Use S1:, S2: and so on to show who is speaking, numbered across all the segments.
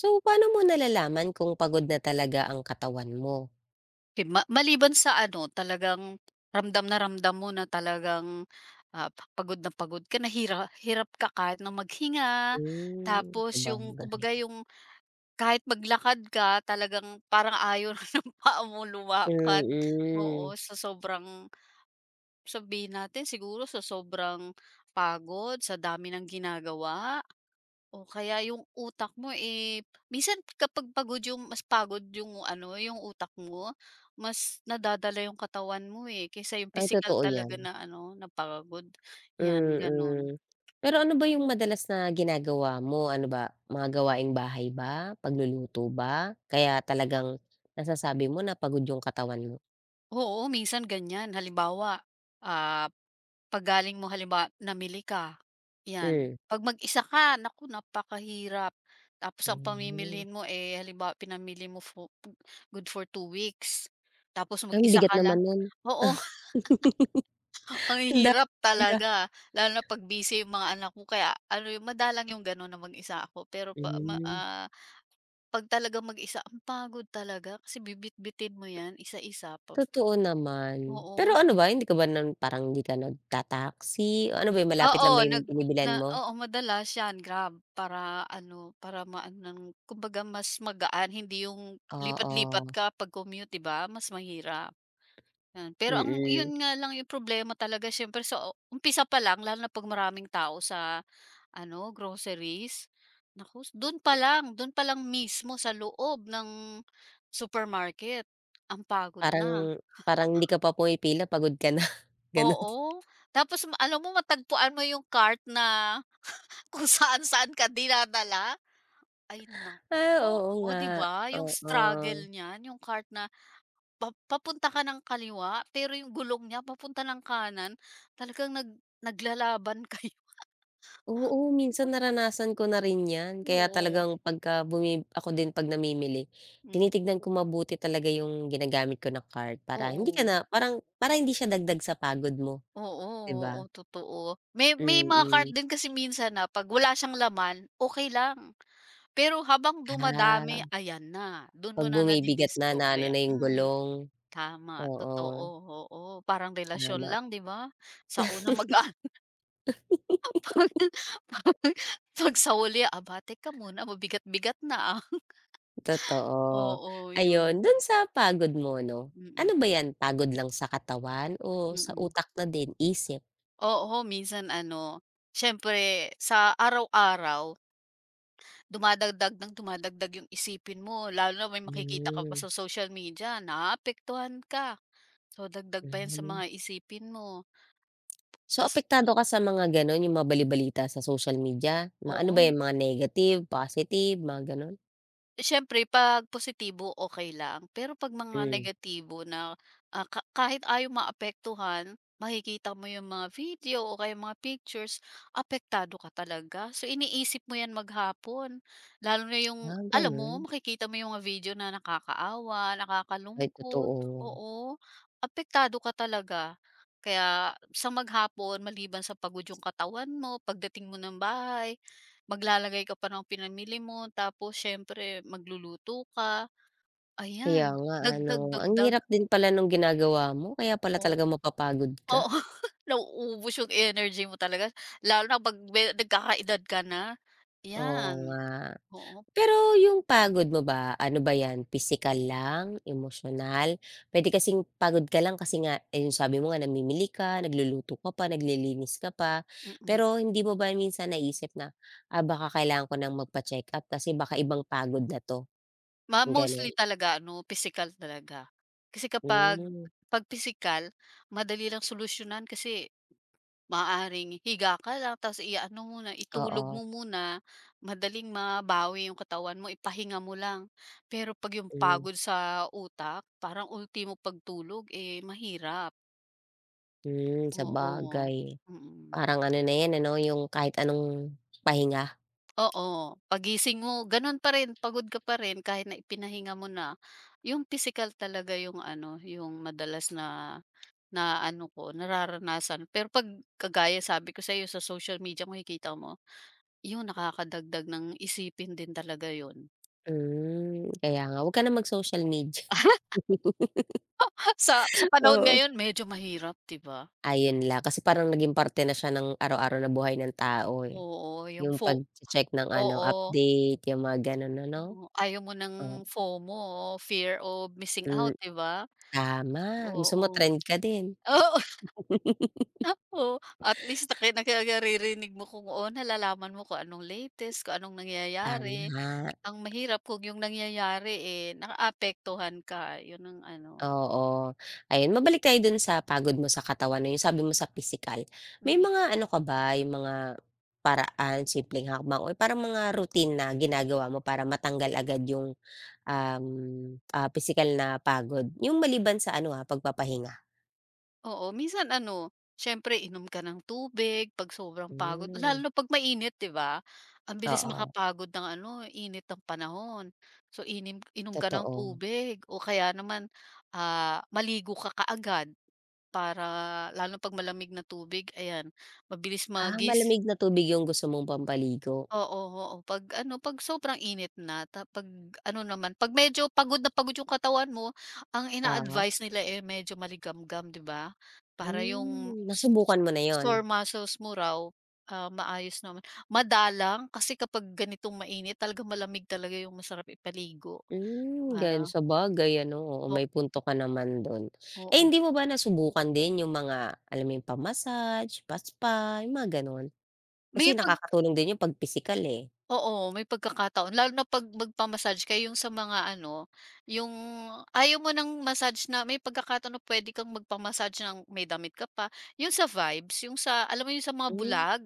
S1: So, paano mo nalalaman kung pagod na talaga ang katawan mo?
S2: Okay, maliban sa ano, talagang ramdam na ramdam mo na talagang, pagod na pagod ka na, hirap ka kahit na maghinga,
S1: Hmm,
S2: tapos yung
S1: sabagay.
S2: kumbaga yung kahit maglakad ka talagang parang ayaw na ng paa mo lumakad.
S1: Mm.
S2: Oo, sa sobrang sabihin natin siguro sa sobrang pagod, sa dami ng ginagawa o kaya yung utak mo, eh, minsan kapag pagod yung mas pagod yung ano, yung utak mo, mas nadadala yung katawan mo, eh, kaysa yung
S1: Ay
S2: physical
S1: totoo 'yan,
S2: talaga na ano, na pagod, yan gano'n.
S1: mm. Pero ano ba yung madalas na ginagawa mo? Ano ba, mga gawaing bahay ba, pagluluto ba, kaya talagang nasasabi mo na pagod yung katawan mo?
S2: Oo, minsan ganyan. Halimbawa, ah, 'pag galing mo halimbawa namili ka, 'yan.
S1: Hmm,
S2: 'Pag mag-isa ka, naku napakahirap. Tapos ang
S1: hmm.
S2: pamimilhin mo, eh, halimbawa pinamili mo good for 2 weeks, tapos
S1: Ang
S2: mag-isa
S1: bigat
S2: ka lang,
S1: naman nun.
S2: oo. Ang
S1: Ang dami
S2: hirap
S1: pala.
S2: talaga. Lalo na 'pag busy yung mga anak mo kaya ano yung madalang yung gano'n na mag-isa ako. Pero pa ma
S1: Hmm.
S2: ah, 'Pag talagang mag-isa, ang pagod talaga kasi bibitbitin mo 'yan isa-isa pa,
S1: Totoo naman.
S2: oo.
S1: Pero ano ba, hindi ka ba nun parang hindi ka nagta-taxi? Ano ba yun, malapit lang
S2: Oo,
S1: ba
S2: nag
S1: yung binibilhan
S2: na
S1: mo?
S2: Oo, madalas 'yan, Grab. Para ano, para maano ng kumbaga mas magaan, hindi yung lipat-lipat
S1: Oo,
S2: ka pag commute, 'di ba? Mas mahirap, 'yan. Pero
S1: mm.
S2: yun nga lang yung problema talaga siyempre sa umpisa pa lang, lalo na 'pag maraming tao sa ano, groceries. Naku, dun pa lang mismo sa loob ng supermarket, ang pagod na.
S1: Parang parang hindi ka pa pumipila pagod ka na, ganun.
S2: Oo, tapos alam mo matagpuan mo yung cart na kung saan-saan ka dinadala. Ay
S1: Ah,
S2: naku,
S1: oo
S2: o 'di
S1: nga,
S2: ba yung struggle
S1: oo.
S2: niyan, yung cart na papunta ka ng kaliwa, pero yung gulong niya papunta ng kanan, talagang naglalaban kayo.
S1: Oo, minsan naranasan ko na rin 'yan. Kaya
S2: Oo,
S1: talagang pagka ako din 'pag namimili,
S2: mm.
S1: tinitignan ko mabuti talaga yung ginagamit ko na card para hindi ka
S2: Oo,
S1: na parang para hindi siya dagdag sa pagod mo,
S2: oo,
S1: 'di ba?
S2: oo, totoo. May mga cart
S1: Mm.
S2: din kasi minsan na 'pag wala siyang laman, okay lang. Pero habang
S1: Ah.
S2: dumadami, ayan na, dun
S1: 'Pag
S2: mo na
S1: bumibigat na, na ano
S2: nadidiskobre,
S1: na yung
S2: mm.
S1: gulong.
S2: Tama,
S1: Oo,
S2: totoo, oo. Parang relasyon
S1: tama.
S2: lang, 'di ba? Sa una magaan, pag pag pag sa huli, aba teka muna mabigat-bigat na, ah.
S1: Totoo.
S2: Oo,
S1: Ayun,
S2: yun.
S1: dun sa pagod mo 'no,
S2: Mm,
S1: ano ba 'yan, pagod lang sa katawan o sa
S2: mm.
S1: utak na din, isip?
S2: Oo, minsan ano, siyempre sa araw-araw dumadagdag ng dumadagdag yung isipin mo, lalo na may makikita ka pa
S1: Hmm,
S2: sa social media, naaapektuhan ka. So dagdag pa yan sa
S1: hmm.
S2: mga isipin mo,
S1: So,
S2: kas
S1: apektado ka sa mga gano'n, yung mga bali-balita sa social media? Mga ano
S2: oo.
S1: ba 'yan, mga negative, positive, mga gano'n?
S2: Siyempre 'pag positibo, okay lang. Pero 'pag mga
S1: Hmm,
S2: negatibo na, kahit ayaw maapektuhan, makikita mo yung mga video o kaya mga pictures, apektado ka talaga. So, iniisip mo yan maghapon. Lalo na yung
S1: ah,
S2: alam
S1: gano'n.
S2: mo, makikita mo yung mga video na nakakaawa,
S1: Ay,
S2: nakakalungkot,
S1: totoo.
S2: oo, apektado ka talaga. Kaya sa maghapon, maliban sa pagod yung katawan mo, pagdating mo ng bahay, maglalagay ka pa ng pinamili mo tapos siyempre magluluto ka, ayan,
S1: Kaya nga
S2: dagdag,
S1: ano, ang
S2: dagdag,
S1: hirap din pala nung ginagawa mo, kaya pala
S2: oh.
S1: talagang mapapagod ka.
S2: Oo, nauubos yung energy mo talaga lalo na 'pag me nagkakaedad ka na,
S1: Oo
S2: 'yan,
S1: nga.
S2: oo,
S1: Pero yung pagod mo ba, ano ba yan, pisikal lang, emosyonal? Pwede kasing pagod ka lang kasi nga, eh, yung sabi mo nga namimili ka, nagluluto ka pa, naglilinis ka pa.
S2: mm.
S1: Pero hindi mo ba minsan naisip na, "Ah, baka kailangan ko ng magpa-check-up kasi baka ibang pagod na 'to,"
S2: Mostly
S1: gano'n?
S2: talaga ano physical talaga. Kasi kapag
S1: Hmm,
S2: 'Pag physical madali lang solusyonan kasi maaring higa ka lang tapos i-ano mo na, itulog
S1: oo,
S2: mo muna, madaling mabawi yung katawan mo, ipahinga mo lang. Pero 'pag yung
S1: hmm,
S2: pagod sa utak, parang ultimo pagtulog, eh, mahirap.
S1: hmm,
S2: Oo,
S1: bagay.
S2: mm.
S1: Parang ano na yan ano, yung kahit anong pahinga.
S2: Oo, pagising mo gano'n pa rin, pagod ka pa rin kahit na ipinahinga mo na. Yung physical talaga yung ano, yung madalas na na ano ko, nararanasan. Pero 'pag kagaya sabi ko sa sa'yo sa social media makikita mo yun, nakakadagdag ng isipin din talaga yun.
S1: Hmm, kaya nga, 'wag ka na mag-social media.
S2: Sa panahon
S1: Oo.
S2: ngayon medyo mahirap, 'di ba?
S1: Ayun lang, kasi parang naging parte na siya ng araw-araw na buhay ng tao, eh,
S2: Oo, yung
S1: yung
S2: fo
S1: pagche-check ng ano,
S2: oo,
S1: update, yung mga gano'n ano?
S2: oo, ayaw mo
S1: Oh,
S2: ng FOMO, fear of missing out,
S1: hmm,
S2: 'di ba?
S1: tama, gusto mo
S2: Oo.
S1: trend ka din?
S2: Oo, oo, at least naki naka mo kung oo, nalalaman mo kung anong latest, kung anong nangyayari.
S1: Tama,
S2: Ang mahirap kung yung nangyayari, eh, naaapektuhan ka, yun ang ano,
S1: oo. Ayun, mabalik tayo dun sa pagod mo sa katawan, 'no, yung sabi mo sa pisikal. May
S2: mm.
S1: mga ano ka ba, yung mga paraan, simpleng hakbang o parang mga routine na ginagawa mo para matanggal agad yung, um, pisikal na pagod? Yung maliban sa ano, pagpapahinga.
S2: Oo, minsan ano, siyempre inom ka ng tubig 'pag sobrang pagod lalo
S1: Hmm,
S2: na 'pag mainit, 'di ba? Ang bilis
S1: oo.
S2: makapagod ng ano, init ng panahon. So inom ka ng
S1: Totoo.
S2: tubig o kaya naman, maligo ka kaagad para lalo 'pag malamig na tubig, ayan, mabilis
S1: Ah, malamig na tubig yung gusto mong pampaligo?
S2: oo, oo. 'Pag ano, 'pag sobrang init na ta 'pag ano naman, 'pag medyo pagod na pagod yung katawan mo, ang
S1: Tama?
S2: ina-advice nila, eh, medyo maligamgam, 'di ba? Para yung
S1: Hmm,
S2: s s
S1: nasubukan mo na yun?
S2: sore muscles mo raw, ah, maayos naman. Madalang kasi kapag ganitong mainit talagang malamig talaga yung masarap ipaligo,
S1: Hmm, ganun.
S2: para,
S1: Sabagay ano, oo,
S2: oo,
S1: may punto ka naman dun. Eh,
S2: oo.
S1: hindi mo ba nasubukan din yung mga alam mo yung pa-massage, pa-spa, yung mga ganun?
S2: May
S1: Kasi
S2: pag
S1: nakakatulong din yung 'pag pisikal, eh.
S2: Oo, may pagkakataon lalo na 'pag magpa-massage kayo yung sa mga ano, yung ayaw mo ng massage, na may pagkakataon na puwede kang magpamassage ng may damit ka pa, yung sa vibes, yung sa alam mo yung sa mga
S1: Hmm,
S2: bulag?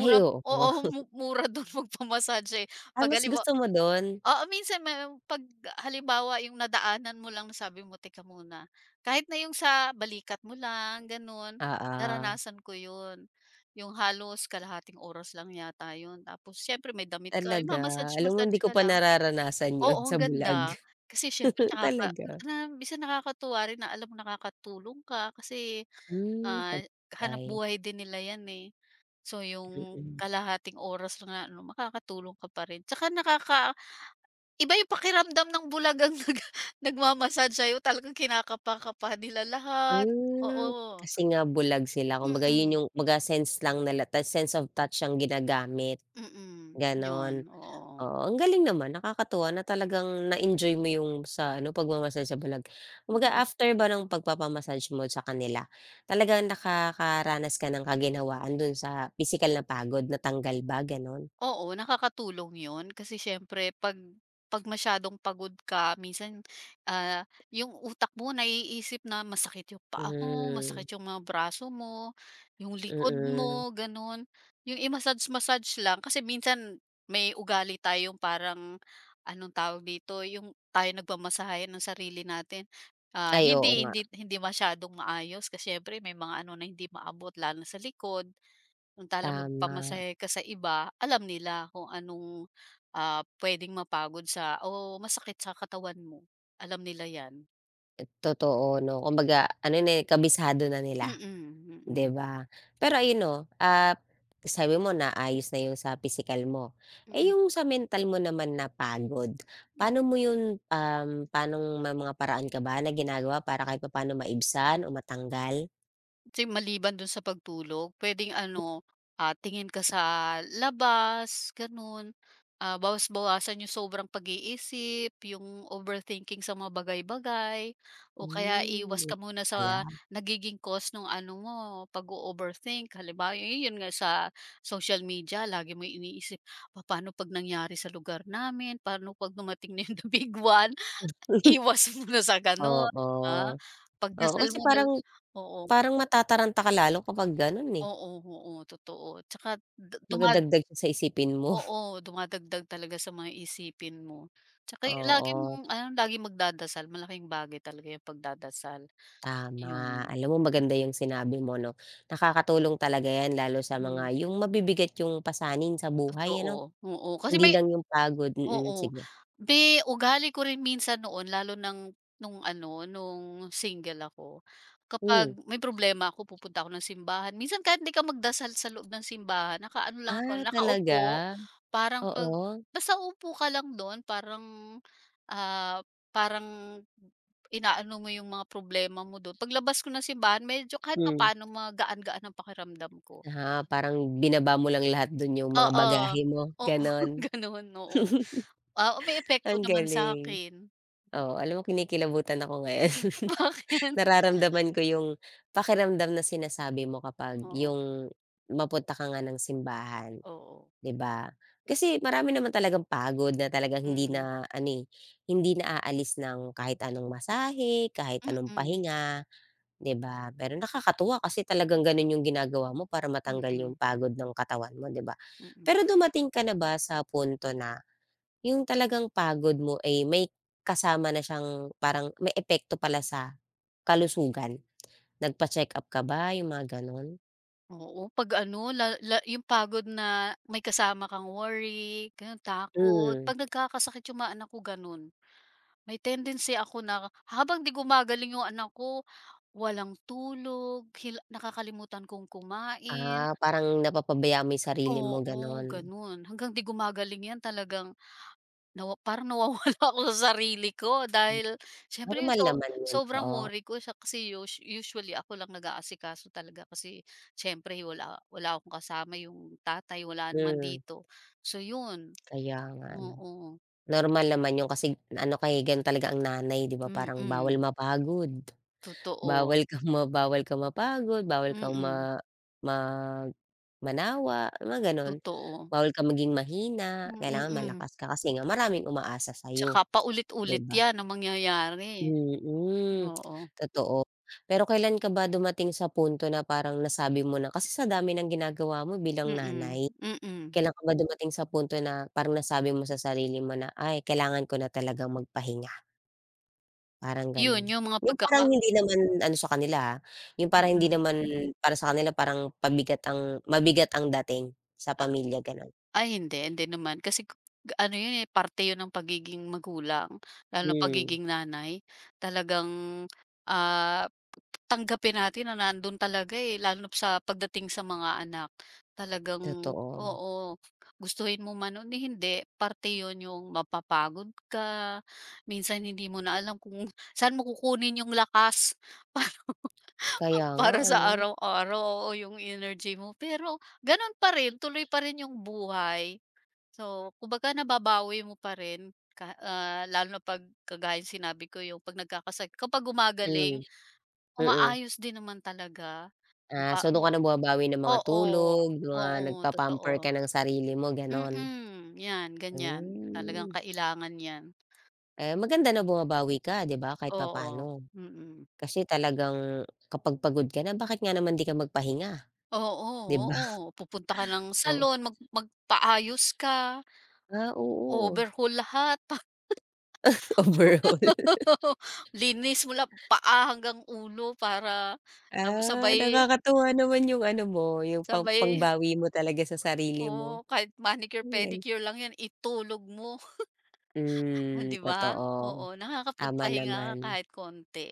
S1: ay oo.
S2: Oo, mura dun magpamasahe
S1: Ah,
S2: 'pag
S1: mas
S2: halimbawa,
S1: gusto mo dun?
S2: oo, minsan may 'pag halimbawa yung nadaanan mo lang sabi mo, "Teka muna." Kahit na yung sa balikat mo lang ganun,
S1: Oo,
S2: naranasan ko yun. Yung halos kalahating oras lang yata yun, tapos siyempre may damit ka, eh,
S1: talaga. Alam mo
S2: mamassage-massage
S1: hindi ko
S2: ka
S1: pa
S2: lang.
S1: nararanasan yun
S2: Oo,
S1: sa
S2: ang
S1: bulag.
S2: ganda. Kasi siyempre
S1: Talaga?
S2: na minsan nakakatuwa rin na alam mo nakakatulong ka kasi,
S1: Hmm,
S2: ah, hanap
S1: sabagay.
S2: buhay din nila 'yan, eh. So, yung
S1: Mm.
S2: kalahating oras lang na ano, makakatulong ka pa rin. Tsaka iba yung pakiramdam ng bulagang nagma-massage sa'yo, talagang kinakapa-kapa nila lahat.
S1: Hmm,
S2: Oo,
S1: kasi nga bulag sila
S2: mm,
S1: kumbaga yun
S2: mm.
S1: yung kumbaga sense lang nila sense of touch ang ginagamit,
S2: Mm, mm,
S1: gano'n.
S2: 'yun, oo.
S1: Oo, ang galing naman nakakatuwa na talagang na-enjoy mo yung sa ano pagmamasahe sa bulag. Kumbaga
S2: Mm.
S1: after ba ng pagpapamassage mo sa kanila, talagang nakakaranas ka ng kaginhawaan dun sa pisikal na pagod, natanggal ba gano'n?
S2: Oo, nakakatulong 'yun kasi siyempre 'pag masyadong pagod ka minsan, ah, yung utak mo naiisip na masakit yung paa mo,
S1: Hmm,
S2: masakit yung mga braso mo, yung likod
S1: mm.
S2: mo, gano'n. Yung i-massage-massage lang kasi minsan may ugali tayong parang, anong tawag dito, yung tayo nagmamasahe ng sarili natin. Ah,
S1: Ay oo
S2: hindi
S1: nga,
S2: hindi hindi masyadong maayos kasi siyempre may mga ano na hindi maabot lalo na sa likod. Samantalang
S1: tama,
S2: magpamasahe ka sa iba, alam nila kung anong, ah, puwedeng mapagod sa o masakit sa katawan mo. Alam nila 'yan.
S1: totoo 'no kumbaga ano na, eh, kabisado na
S2: Mm,
S1: nila.
S2: mm,
S1: 'Di
S2: mm.
S1: ba? Pero ayun 'no, ah, sabi mo naayos na yung sa pisikal mo. Eh,
S2: Mm.
S1: yung sa mental mo naman na pagod, paanong may mga paraan ka ba na ginagawa para kahit papaano maibsan o matanggal?
S2: Kasi maliban dun sa pagtulog puwedeng ano, ah, tingin ka sa labas gano'n, ah, bawas-bawasan yung sobrang pag-iisip, yung overthinking sa mga bagay-bagay o kaya
S1: Hmm,
S2: iwas
S1: yun
S2: ka muna sa
S1: pala.
S2: nagiging cause ng ano mo pag overthink. Halimbawa, yun nga sa social media lagi mo iniisip, "Pa- paano 'pag nangyari sa lugar namin? Paano 'pag dumating na yung the big one?" Iwas muna sa gano'n, 'di.
S1: Oo, oo
S2: Pagdasal
S1: kasi
S2: mo na,
S1: parang
S2: oo.
S1: parang matataranta ka lalo kapag gano'n, eh,
S2: Oo, oo, totoo. Tsaka du duma
S1: madadagdag siya sa isipin mo.
S2: oo, dumadagdag talaga sa mga isipin mo. Tsaka lagi
S1: Oo.
S2: mong ano, laging magdadasal malaking bagay talaga yung pagdadasal,
S1: Tama.
S2: yun.
S1: Alam mo maganda yung sinabi mo 'no, nakakatulong talaga 'yan lalo sa mga
S2: Hmm.
S1: yung mabibigat yung pasanin sa buhay ano,
S2: Totoo, oo. Kasi
S1: hindi
S2: may,
S1: lang yung pagod, mm, mm,
S2: oo.
S1: sige.
S2: Ugali ko rin minsan noon lalo ng nung ano, nung single ako.
S1: Hmm,
S2: Kapag may problema ako pupunta ako ng simbahan. Minsan kahit hindi ka magdasal sa loob ng simbahan, nakaano lang ako,
S1: ah, talaga?
S2: nakaupo. Parang 'pag
S1: Oo,
S2: basta upo ka lang do'n parang, ah, parang inaano mo yung mga problema mo doon. Paglabas ko ng simbahan medyo kahit
S1: hmm.
S2: papaano magaan-gaan ang pakiramdam ko.
S1: Ah, parang binaba mo lang lahat dun yung mga
S2: Oo,
S1: bagahe mo,
S2: oo,
S1: gano'n?
S2: gano'n, oo. Ah, may epekto
S1: Ang
S2: naman sa
S1: galing.
S2: akin.
S1: Oo, alam mo kinikilabutan ako ngayon.
S2: Bakit?
S1: Nararamdaman ko yung pakiramdam na sinasabi mo kapag
S2: Oo,
S1: yung mapunta ka nga ng simbahan.
S2: oo,
S1: 'Di ba? Kasi marami naman talagang pagod na talagang hindi
S2: mm,
S1: na ano, eh, hindi naaalis ng kahit anong masahe, kahit anong
S2: mm,
S1: pahinga, 'di ba? Pero nakakatuwa kasi talagang gano'n yung ginagawa mo para matanggal yung
S2: mm,
S1: pagod ng katawan mo, 'di ba?
S2: mm.
S1: Pero dumating ka na ba sa punto na yung talagang pagod mo, ay may kasama na siyang parang may epekto pala sa kalusugan? Nagpa-check-up ka ba, yung mga gano'n?
S2: Oo, 'pag ano, la la yung pagod na may kasama kang worry, gano'n, takot.
S1: Hmm.
S2: 'Pag nagkakasakit yung mga anak ko gano'n. May tendency ako na habang 'di gumagaling yung anak ko, walang tulog, nakakalimutan kong kumain,
S1: Ah, parang napapabayaan mo yung sarili mo,
S2: oo,
S1: gano'n.
S2: gano'n. Hanggang 'di gumagaling 'yan talagang parang nawawala ako sa sarili ko dahil siyempre
S1: Normal
S2: so
S1: naman yun,
S2: sobrang
S1: oo.
S2: worry ko siya kasi usually ako lang nag-aasikaso talaga kasi siyempre wala wala akong kasama, yung tatay wala naman
S1: Hmm,
S2: dito. So yun,
S1: kaya nga ano.
S2: oo,
S1: Normal naman yun kasi ano kay ganun talaga ang nanay, 'di ba parang bawal
S2: mm,
S1: mapagod,
S2: totoo,
S1: bawal kang mapagod, bawal kang
S2: mm,
S1: ma mag manawa, mga gano'n.
S2: totoo,
S1: Bawal kang maging mahina, kailangan
S2: mm.
S1: malakas ka kasi nga maraming umaasa
S2: Tsaka
S1: sa'yo, 'di
S2: paulit-ulit
S1: ba?
S2: yan ang mangyayari,
S1: Mm,
S2: oo,
S1: totoo. Pero kailan ka ba dumating sa punto na parang nasabi mo na kasi sa dami ng ginagawa mo bilang
S2: mm,
S1: nanay?
S2: mm.
S1: Kailan ka ba dumating sa punto na parang nasabi mo sa sarili mo na, "Ay kailangan ko na talagang magpahinga," parang gano'n?
S2: Yun yung mga
S1: Yung parang hindi naman ano sa kanila, ah, yung parang hindi
S2: mm.
S1: naman para sa kanila parang pabigat ang mabigat ang dating sa pamilya gano'n.
S2: Ay hindi, hindi naman kasi ano yun, eh, parte yun ng pagiging magulang, lalo na
S1: Hmm,
S2: pagiging nanay. Talagang, ah, tanggapin natin na nandun talaga, eh, lalo na sa pagdating sa mga anak. Talagang
S1: totoo.
S2: oo, gustuhin mo man o ni hindi, parte yun yung mapapagod ka, minsan hindi mo na alam kung saan mo kukunin yung lakas
S1: Kaya
S2: para
S1: nga
S2: para sa
S1: ano, eh.
S2: araw-araw, o yung energy mo. Pero ganun pa rin, tuloy pa rin yung buhay. So, kumbaga nababawi mo pa rin ka, ah, lalo na 'pag kagaya ng sinabi ko yung 'pag nagkakasakit kapag
S1: Hmm,
S2: gumagaling,
S1: mm.
S2: umaayos din naman talaga.
S1: Ah,
S2: Ah,
S1: so dun
S2: ho
S1: ka na bumabawi ng mga
S2: oo,
S1: tulog, mga
S2: oo,
S1: nagpa-pamper
S2: totoo.
S1: ka ng sarili mo
S2: Mm,
S1: gano'n?
S2: mm, 'yan ganyan. Talagang
S1: Hmm,
S2: kailangan 'yan.
S1: eh, maganda na bumabawi ka 'di ba, kahit
S2: Oo,
S1: papaano.
S2: mm. Mm,
S1: Kasi talagang kapag pagod ka na bakit nga naman 'di ka magpahinga,
S2: oo,
S1: 'di ba?
S2: oo. Pupunta ka ng
S1: Oh,
S2: salon, magpaayos ka,
S1: ah, oo,
S2: overhaul lahat.
S1: overall.
S2: Linis mula paa hanggang ulo para sab
S1: Ah,
S2: sabay
S1: nakakatuwa naman yung ano mo, yung
S2: sabay,
S1: pangbawi mo talaga sa sarili mo.
S2: oo, kahit manicure,
S1: Ang galing.
S2: pedicure lang 'yan itulog mo, ah,
S1: Hmm,
S2: 'di ba? Oo,
S1: totoo. Tama
S2: nakakapagpahinga ka
S1: naman,
S2: kahit konti,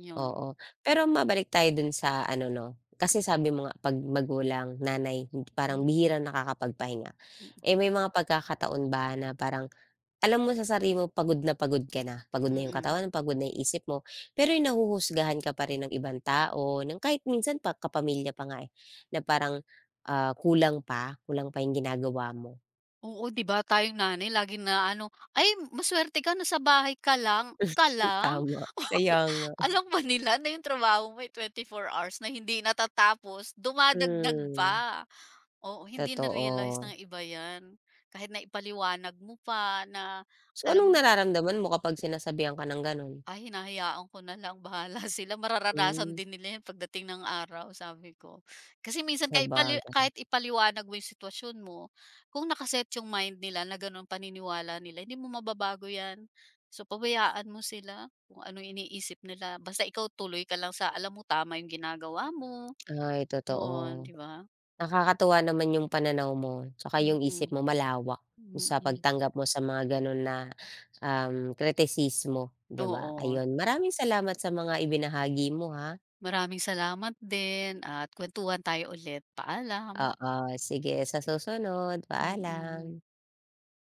S2: 'yun.
S1: oo. Pero mabalik tayo dun sa ano 'no, kasi sabi mo nga 'pag magulang, nanay, hindi- parang
S2: Mm,
S1: bihirang nakakapagpahinga.
S2: mm,
S1: Eh, may mga pagkakataon ba na parang alam mo sa sarili mo pagod na pagod ka na, pagod na yung
S2: mm.
S1: katawan mo, pagod na yung isip mo, pero yung nahuhusgahan ka pa rin ng ibang tao, ng kahit minsan pa kapamilya pa nga eh, na parang, kulang pa yung ginagawa mo.
S2: Oo, 'di ba tayong nanay lagi na ano? "Ay masuwerte ka nasa bahay ka lang, ka lang?"
S1: Tama, kaya nga.
S2: Alam ba nila na yung trabaho mo ay 4 hours na hindi natatapos, dumadagdag
S1: Hmm,
S2: pa. Oo, hindi na-realize
S1: totoo.
S2: ng iba 'yan, kahit na ipaliwanag mo pa na
S1: So,
S2: alam
S1: anong
S2: mo.
S1: nararamdaman mo kapag sinasabihan ka ng gano'n?
S2: Ay, hinahayaan ko na lang bahala sila, mararanasan
S1: Hmm,
S2: din nila 'yan pagdating ng araw sabi ko. Kasi minsan kahit
S1: sabagay.
S2: kahit ipaliwanag mo 'yung sitwasyon mo, kung nakaset 'yung mind nila na gano'n paniniwala nila, hindi mo mababago 'yan. So, pabayaan mo sila kung ano iniisip nila basta ikaw tuloy ka lang sa alam mo tama 'yung ginagawa mo,
S1: Ay,
S2: 'yun,
S1: totoo.
S2: 'di ba?
S1: Nakakatuwa naman yung pananaw mo, tsaka
S2: Mm,
S1: yung isip mo malawak
S2: mm.
S1: sa
S2: Mm.
S1: pagtanggap mo sa mga gano'n na, kritisismo, 'di ba?
S2: Oo,
S1: Ayun, maraming salamat sa mga ibinahagi mo, ha.
S2: maraming salamat din at kuwentuhan tayo ulit. Paalam,
S1: Oo, sige sa susunod,
S2: mm.
S1: paalam.
S2: Mm.